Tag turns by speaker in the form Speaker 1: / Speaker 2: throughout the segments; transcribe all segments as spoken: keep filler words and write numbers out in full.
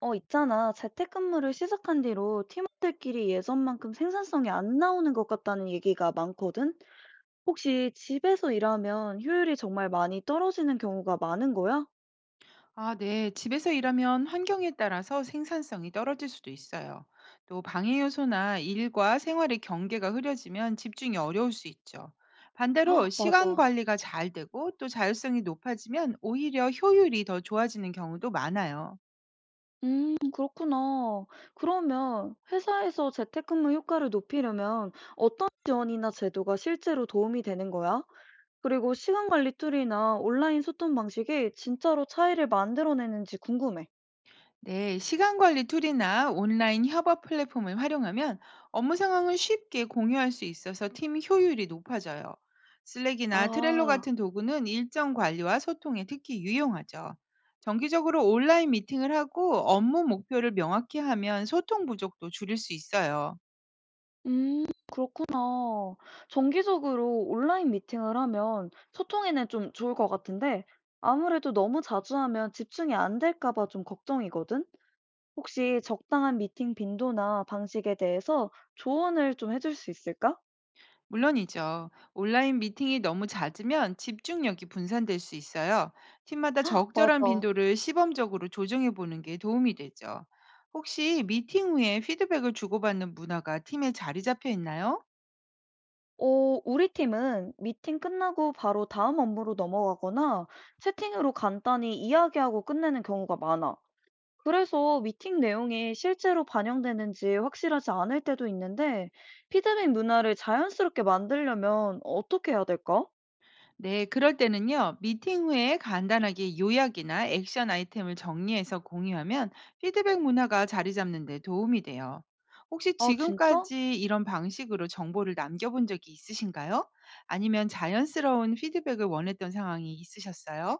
Speaker 1: 어, 있잖아. 재택근무를 시작한 뒤로 팀원들끼리 예전만큼 생산성이 안 나오는 것 같다는 얘기가 많거든? 혹시 집에서 일하면 효율이 정말 많이 떨어지는 경우가 많은 거야?
Speaker 2: 아, 네. 집에서 일하면 환경에 따라서 생산성이 떨어질 수도 있어요. 또 방해 요소나 일과 생활의 경계가 흐려지면 집중이 어려울 수 있죠. 반대로
Speaker 1: 아,
Speaker 2: 시간
Speaker 1: 맞아.
Speaker 2: 관리가 잘 되고 또 자율성이 높아지면 오히려 효율이 더 좋아지는 경우도 많아요.
Speaker 1: 음, 그렇구나. 그러면 회사에서 재택근무 효과를 높이려면 어떤 지원이나 제도가 실제로 도움이 되는 거야? 그리고 시간 관리 툴이나 온라인 소통 방식이 진짜로 차이를 만들어내는지 궁금해.
Speaker 2: 네, 시간 관리 툴이나 온라인 협업 플랫폼을 활용하면 업무 상황을 쉽게 공유할 수 있어서 팀 효율이 높아져요. 슬랙이나 트렐로
Speaker 1: 아.
Speaker 2: 같은 도구는 일정 관리와 소통에 특히 유용하죠. 정기적으로 온라인 미팅을 하고 업무 목표를 명확히 하면 소통 부족도 줄일 수 있어요.
Speaker 1: 음 그렇구나. 정기적으로 온라인 미팅을 하면 소통에는 좀 좋을 것 같은데 아무래도 너무 자주 하면 집중이 안 될까 봐 좀 걱정이거든. 혹시 적당한 미팅 빈도나 방식에 대해서 조언을 좀 해줄 수 있을까?
Speaker 2: 물론이죠. 온라인 미팅이 너무 잦으면 집중력이 분산될 수 있어요. 팀마다 적절한
Speaker 1: 맞아.
Speaker 2: 빈도를 시범적으로 조정해 보는 게 도움이 되죠. 혹시 미팅 후에 피드백을 주고받는 문화가 팀에 자리 잡혀 있나요?
Speaker 1: 어, 우리 팀은 미팅 끝나고 바로 다음 업무로 넘어가거나 채팅으로 간단히 이야기하고 끝내는 경우가 많아. 그래서 미팅 내용이 실제로 반영되는지 확실하지 않을 때도 있는데, 피드백 문화를 자연스럽게 만들려면 어떻게 해야 될까?
Speaker 2: 네, 그럴 때는요, 미팅 후에 간단하게 요약이나 액션 아이템을 정리해서 공유하면 피드백 문화가 자리 잡는 데 도움이 돼요. 혹시
Speaker 1: 아, 진짜?
Speaker 2: 지금까지 이런 방식으로 정보를 남겨본 적이 있으신가요? 아니면 자연스러운 피드백을 원했던 상황이 있으셨어요?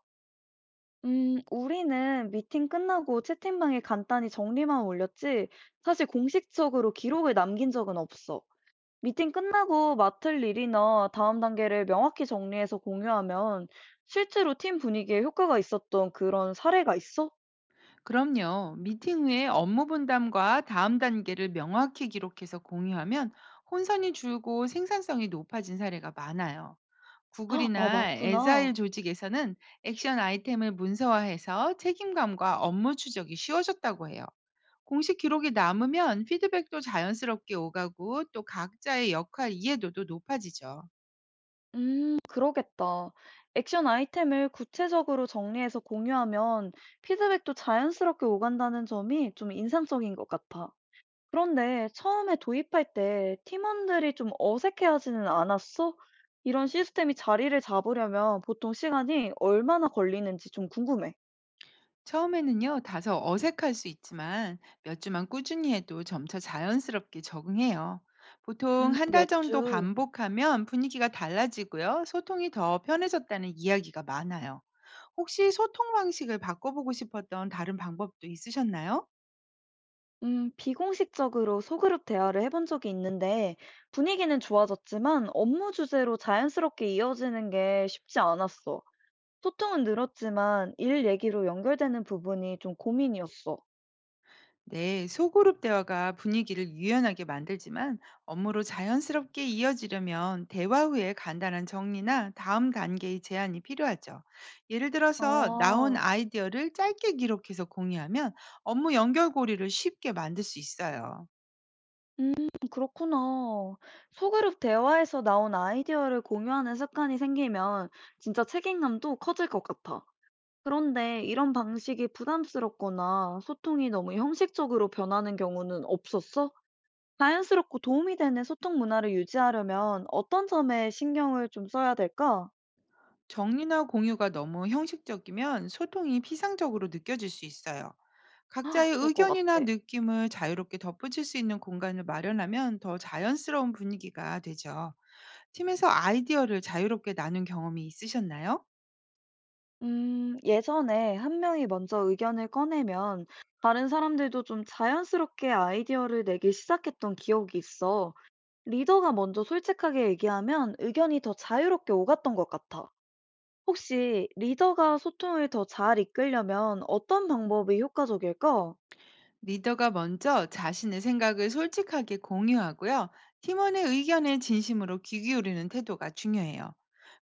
Speaker 1: 음, 우리는 미팅 끝나고 채팅방에 간단히 정리만 올렸지, 사실 공식적으로 기록을 남긴 적은 없어. 미팅 끝나고 맡을 일이나 다음 단계를 명확히 정리해서 공유하면 실제로 팀 분위기에 효과가 있었던 그런 사례가 있어?
Speaker 2: 그럼요, 미팅 후에 업무 분담과 다음 단계를 명확히 기록해서 공유하면 혼선이 줄고 생산성이 높아진 사례가 많아요.
Speaker 1: 아, 아,
Speaker 2: 구글이나 에자일
Speaker 1: 많구나.
Speaker 2: 조직에서는 액션 아이템을 문서화해서 책임감과 업무 추적이 쉬워졌다고 해요. 공식 기록이 남으면 피드백도 자연스럽게 오가고 또 각자의 역할 이해도도 높아지죠.
Speaker 1: 음, 그러겠다. 액션 아이템을 구체적으로 정리해서 공유하면 피드백도 자연스럽게 오간다는 점이 좀 인상적인 것 같아. 그런데 처음에 도입할 때 팀원들이 좀 어색해하지는 않았어? 이런 시스템이 자리를 잡으려면 보통 시간이 얼마나 걸리는지 좀 궁금해.
Speaker 2: 처음에는요, 다소 어색할 수 있지만 몇 주만 꾸준히 해도 점차 자연스럽게 적응해요. 보통
Speaker 1: 음,
Speaker 2: 한 달
Speaker 1: 몇
Speaker 2: 정도
Speaker 1: 주,
Speaker 2: 반복하면 분위기가 달라지고요, 소통이 더 편해졌다는 이야기가 많아요. 혹시 소통 방식을 바꿔보고 싶었던 다른 방법도 있으셨나요?
Speaker 1: 음, 비공식적으로 소그룹 대화를 해본 적이 있는데 분위기는 좋아졌지만 업무 주제로 자연스럽게 이어지는 게 쉽지 않았어. 소통은 늘었지만 일 얘기로 연결되는 부분이 좀 고민이었어.
Speaker 2: 네, 소그룹 대화가 분위기를 유연하게 만들지만 업무로 자연스럽게 이어지려면 대화 후에 간단한 정리나 다음 단계의 제안이 필요하죠. 예를 들어서 나온
Speaker 1: 아,
Speaker 2: 아이디어를 짧게 기록해서 공유하면 업무 연결고리를 쉽게 만들 수 있어요.
Speaker 1: 음, 그렇구나. 소그룹 대화에서 나온 아이디어를 공유하는 습관이 생기면 진짜 책임감도 커질 것 같아. 그런데 이런 방식이 부담스럽거나 소통이 너무 형식적으로 변하는 경우는 없었어? 자연스럽고 도움이 되는 소통 문화를 유지하려면 어떤 점에 신경을 좀 써야 될까?
Speaker 2: 정리나 공유가 너무 형식적이면 소통이 피상적으로 느껴질 수 있어요. 각자의
Speaker 1: 그럴 것
Speaker 2: 의견이나
Speaker 1: 같아.
Speaker 2: 느낌을 자유롭게 덧붙일 수 있는 공간을 마련하면 더 자연스러운 분위기가 되죠. 팀에서 아이디어를 자유롭게 나눈 경험이 있으셨나요?
Speaker 1: 음, 예전에 한 명이 먼저 의견을 꺼내면 다른 사람들도 좀 자연스럽게 아이디어를 내기 시작했던 기억이 있어. 리더가 먼저 솔직하게 얘기하면 의견이 더 자유롭게 오갔던 것 같아. 혹시 리더가 소통을 더 잘 이끌려면 어떤 방법이 효과적일까?
Speaker 2: 리더가 먼저 자신의 생각을 솔직하게 공유하고요. 팀원의 의견에 진심으로 귀 기울이는 태도가 중요해요.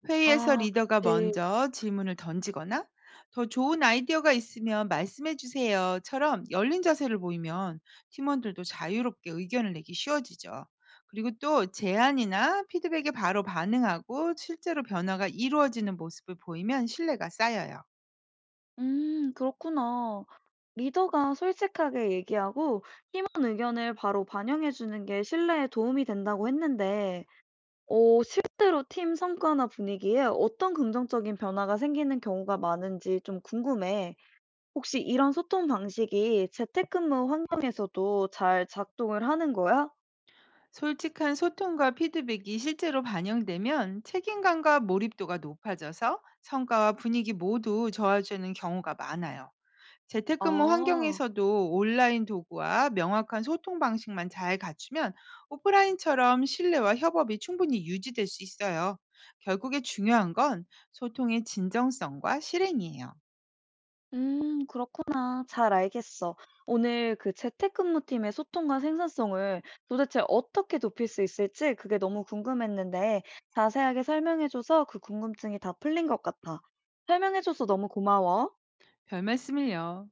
Speaker 2: 회의에서
Speaker 1: 아,
Speaker 2: 리더가
Speaker 1: 그치.
Speaker 2: 먼저 질문을 던지거나 더 좋은 아이디어가 있으면 말씀해 주세요처럼 열린 자세를 보이면 팀원들도 자유롭게 의견을 내기 쉬워지죠. 그리고 또 제안이나 피드백에 바로 반응하고 실제로 변화가 이루어지는 모습을 보이면 신뢰가 쌓여요.
Speaker 1: 음, 그렇구나. 리더가 솔직하게 얘기하고 팀원 의견을 바로 반영해주는 게 신뢰에 도움이 된다고 했는데, 어 실제로 팀 성과나 분위기에 어떤 긍정적인 변화가 생기는 경우가 많은지 좀 궁금해. 혹시 이런 소통 방식이 재택근무 환경에서도 잘 작동을 하는 거야?
Speaker 2: 솔직한 소통과 피드백이 실제로 반영되면 책임감과 몰입도가 높아져서 성과와 분위기 모두 좋아지는 경우가 많아요. 재택근무
Speaker 1: 아,
Speaker 2: 환경에서도 온라인 도구와 명확한 소통 방식만 잘 갖추면 오프라인처럼 신뢰와 협업이 충분히 유지될 수 있어요. 결국에 중요한 건 소통의 진정성과 실행이에요.
Speaker 1: 음, 그렇구나. 잘 알겠어. 오늘 그 재택근무팀의 소통과 생산성을 도대체 어떻게 높일 수 있을지 그게 너무 궁금했는데 자세하게 설명해줘서 그 궁금증이 다 풀린 것 같아. 설명해줘서 너무 고마워.
Speaker 2: 별 말씀을요.